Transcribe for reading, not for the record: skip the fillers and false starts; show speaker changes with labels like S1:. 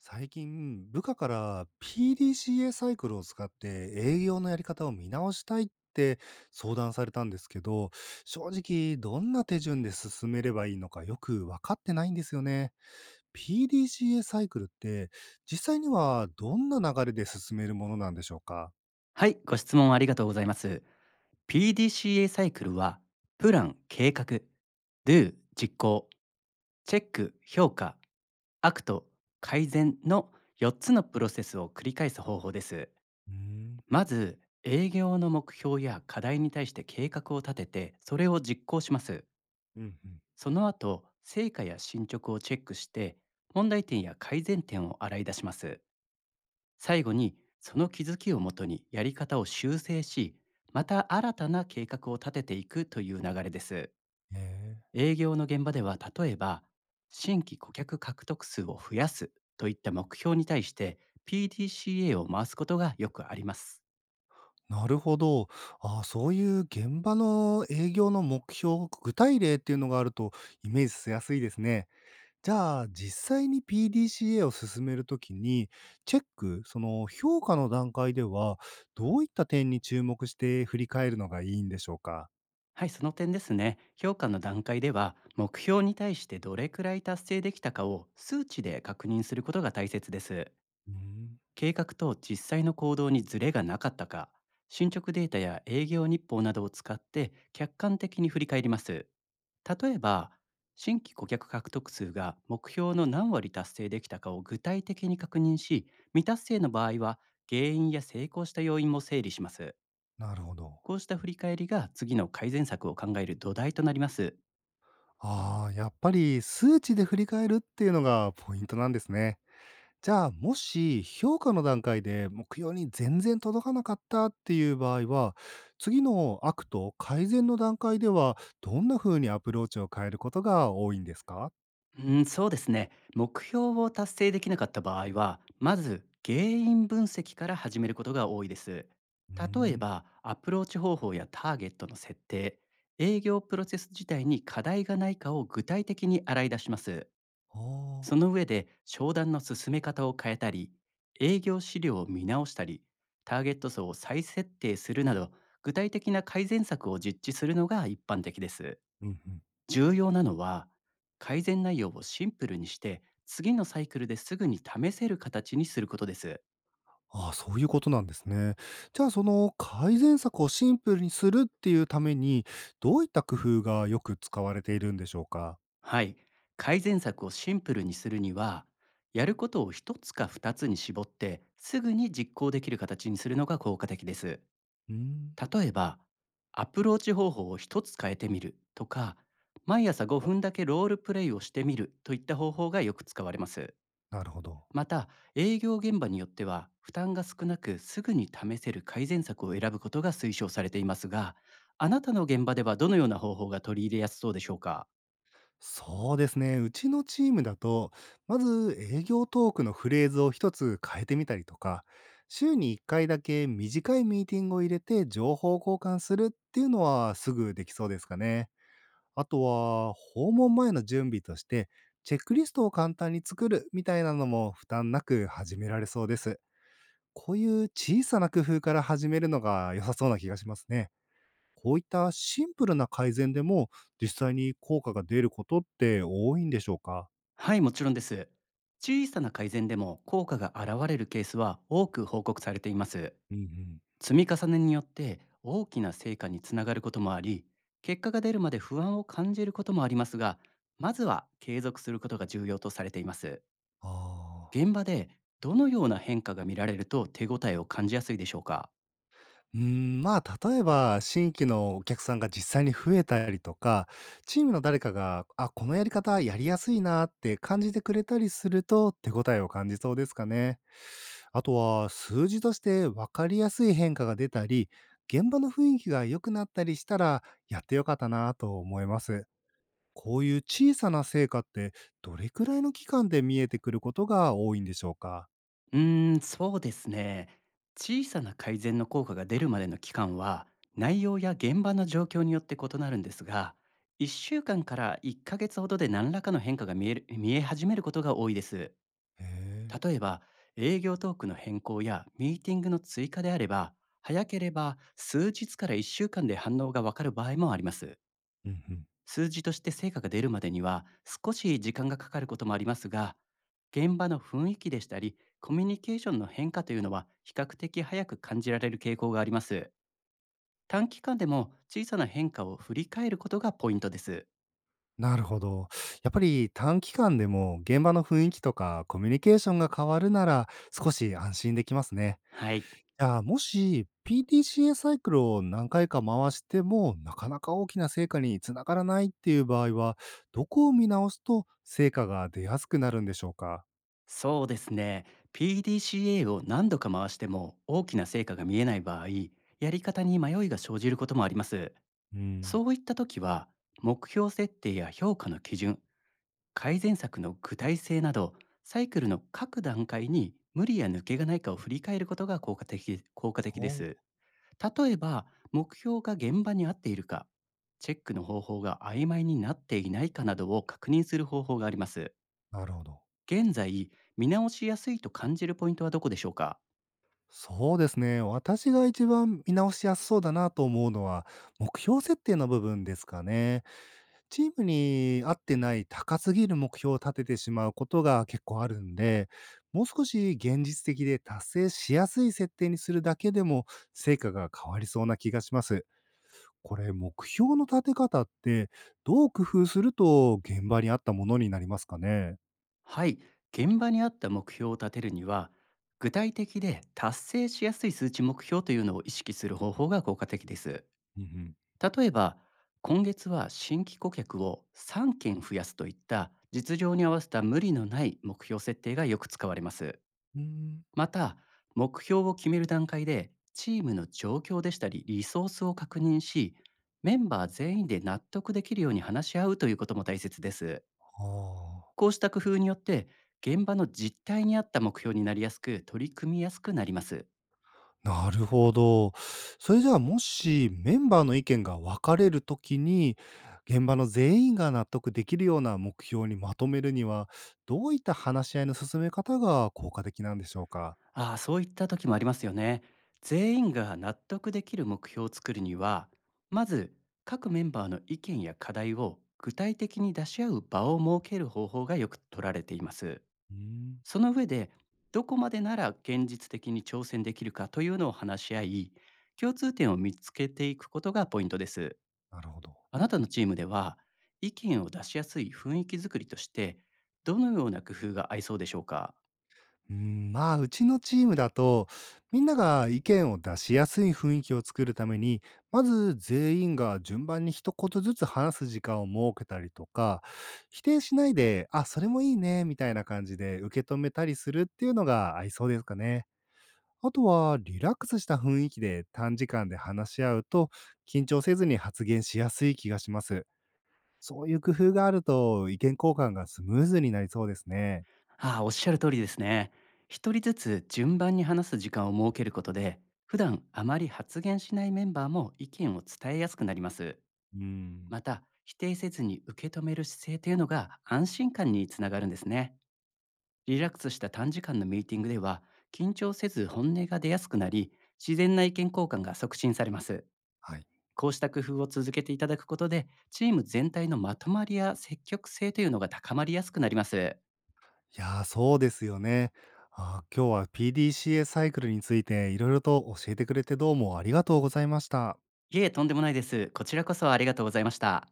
S1: 最近、部下から PDCA サイクルを使って営業のやり方を見直したいって相談されたんですけど、正直どんな手順で進めればいいのかよく分かってないんですよね。PDCA サイクルって実際にはどんな流れで進めるものなんでしょうか？
S2: はい、ご質問ありがとうございます。PDCA サイクルは、プラン、計画、Do、実行、チェック、評価、アクト、改善の4つのプロセスを繰り返す方法です。
S1: うーん。
S2: まず、営業の目標や課題に対して計画を立てて、それを実行します。
S1: うんうん。
S2: その後、成果や進捗をチェックして、問題点や改善点を洗い出します。最後にその気づきをもとにやり方を修正し、また新たな計画を立てていくという流れです。
S1: ええ。
S2: 営業の現場では例えば、新規顧客獲得数を増やすといった目標に対して PDCA を回すことがよくあります。
S1: なるほど。ああ、そういう現場の営業の目標、具体例っていうのがあるとイメージしやすいですね。じゃあ、実際に PDCA を進めるときに、チェック、その評価の段階では、どういった点に注目して振り返るのがいいんでしょうか？
S2: はい、その点ですね。評価の段階では目標に対してどれくらい達成できたかを数値で確認することが大切です。
S1: うん。
S2: 計画と実際の行動にズレがなかったか、進捗データや営業日報などを使って客観的に振り返ります。例えば、新規顧客獲得数が目標の何割達成できたかを具体的に確認し、未達成の場合は原因や成功した要因も整理します。
S1: なるほど。
S2: こうした振り返りが次の改善策を考える土台となります。
S1: ああ、やっぱり数値で振り返るっていうのがポイントなんですね。じゃあ、もし評価の段階で目標に全然届かなかったっていう場合は、次のアクト改善の段階では、どんな風にアプローチを変えることが多いんですか？
S2: うーん、そうですね。目標を達成できなかった場合は、まず原因分析から始めることが多いです。
S1: うー
S2: 例え
S1: ん。
S2: ば、アプローチ方法やターゲットの設定、営業プロセス自体に課題がないかを具体的に洗い出します。
S1: あ
S2: そ
S1: あ。
S2: の上で、商談の進め方を変えたり、営業資料を見直したり、ターゲット層を再設定するなど、具体的な改善策を実地するのが一般的です。
S1: うんうん。
S2: 重要なのは、改善内容をシンプルにして、次のサイクルですぐに試せる形にすることです。
S1: ああ、そういうことなんですね。じゃあ、その改善策をシンプルにするっていうために、どういった工夫がよく使われているんでしょうか？
S2: はい。改善策をシンプルにするには、やることを一つか二つに絞って、すぐに実行できる形にするのが効果的です。
S1: うーん。
S2: 例えば、アプローチ方法を一つ変えてみるとか、毎朝5分だけロールプレイをしてみるといった方法がよく使われます。
S1: なるほど。
S2: また、営業現場によっては負担が少なくすぐに試せる改善策を選ぶことが推奨されていますが、あなたの現場ではどのような方法が取り入れやすそうでしょうか？
S1: そうですね。うちのチームだと、まず営業トークのフレーズを一つ変えてみたりとか、週に1回だけ短いミーティングを入れて情報交換するっていうのはすぐできそうですかね。あとは、訪問前の準備として、チェックリストを簡単に作るみたいなのも負担なく始められそうです。こういう小さな工夫から始めるのが良さそうな気がしますね。こういったシンプルな改善でも実際に効果が出ることって多いんでしょうか？
S2: はい、もちろんです。小さな改善でも効果が現れるケースは多く報告されています。
S1: うんうん。
S2: 積み重ねによって大きな成果につながることもあり、結果が出るまで不安を感じることもありますが、まずは継続することが重要とされています。
S1: ああ。
S2: 現場でどのような変化が見られると手応えを感じやすいでしょうか？
S1: うーん、まあ、例えば、新規のお客さんが実際に増えたりとか、チームの誰かが、あ、このやり方やりやすいなって感じてくれたりすると、手応えを感じそうですかね。あとは、数字として分かりやすい変化が出たり、現場の雰囲気が良くなったりしたら、やってよかったなと思います。こういう小さな成果って、どれくらいの期間で見えてくることが多いんでしょうか。
S2: うーん、そうですね。小さな改善の効果が出るまでの期間は内容や現場の状況によって異なるんですが、1週間かんから1ヶ月ほどで何らかの変化が見え始めることが多いです。
S1: へえ。
S2: 例えば、営業トークの変更やミーティングの追加であれば、早ければ数日から1週間で反応がわかる場合もあります。
S1: うんうん。
S2: 数字として成果が出るまでには少し時間がかかることもありますが、現場の雰囲気でしたりコミュニケーションの変化というのは比較的早く感じられる傾向があります。短期間でも小さな変化を振り返ることがポイントです。
S1: なるほど。やっぱり短期間でも現場の雰囲気とかコミュニケーションが変わるなら少し安心できますね。
S2: はい、
S1: じゃあもし PDCA サイクルを何回か回してもなかなか大きな成果につながらないっていう場合はどこを見直すと成果が出やすくなるんでしょうか？
S2: そうですね。PDCA を何度か回しても大きな成果が見えない場合、やり方に迷いが生じることもあります。
S1: うん。
S2: そういった時は、目標設定や評価の基準、改善策の具体性など、サイクルの各段階に無理や抜けがないかを振り返ることが効果的
S1: お
S2: で
S1: う。
S2: す。例えば、目標が現場に合っているか、チェックの方法が曖昧になっていないかなどを確認する方法があります。
S1: なるほど。
S2: 現在、見直しやすいと感じるポイントはどこでしょうか？
S1: そうですね。私が一番見直しやすそうだなと思うのは目標設定の部分ですかね。チームに合ってない高すぎる目標を立ててしまうことが結構あるんで、もう少し現実的で達成しやすい設定にするだけでも成果が変わりそうな気がします。これ、目標の立て方ってどう工夫すると現場に合ったものになりますかね？
S2: はい、現場に合った目標を立てるには具体的で達成しやすい数値目標というのを意識する方法が効果的です。
S1: うんうん。
S2: 例えば、今月は新規顧客を3件増やすといった実情に合わせた無理のない目標設定がよく使われます。
S1: うーん。
S2: また、目標を決める段階で、チームの状況でしたり、リソースを確認し、メンバー全員で納得できるように話し合うということも大切です。
S1: ああ。
S2: こうした工夫によって、現場の実態に合った目標になりやすく、取り組みやすくなります。
S1: なるほど。それじゃあもしメンバーの意見が分かれるときに、現場の全員が納得できるような目標にまとめるには、どういった話し合いの進め方が効果的なんでしょうか？
S2: ああ、そういった時もありますよね。全員が納得できる目標を作るには、まず各メンバーの意見や課題を具体的に出し合う場を設ける方法がよく取られています。
S1: うーん。
S2: その上で、どこまでなら現実的に挑戦できるかというのを話し合い、共通点を見つけていくことがポイントです。
S1: なるほど。
S2: あなたのチームでは、意見を出しやすい雰囲気づくりとして、どのような工夫が合いそうでしょうか？
S1: うん、まあ、うちのチームだと、みんなが意見を出しやすい雰囲気を作るために、まず全員が順番に一言ずつ話す時間を設けたりとか、否定しないで、あ、それもいいね、みたいな感じで受け止めたりするっていうのが合いそうですかね。あとは、リラックスした雰囲気で短時間で話し合うと、緊張せずに発言しやすい気がします。そういう工夫があると、意見交換がスムーズになりそうですね。
S2: ああ、おっしゃる通りですね。一人ずつ順番に話す時間を設けることで、普段あまり発言しないメンバーも意見を伝えやすくなります。
S1: うん。
S2: また、否定せずに受け止める姿勢というのが安心感につながるんですね。リラックスした短時間のミーティングでは、緊張せず本音が出やすくなり、自然な意見交換が促進されます。
S1: はい。
S2: こうした工夫を続けていただくことで、チーム全体のまとまりや積極性というのが高まりやすくなります。
S1: いやー、そうですよね。今日は PDCA サイクルについていろいろと教えてくれてどうもありがとうございました。
S2: いえ、とんでもないです。こちらこそありがとうございました。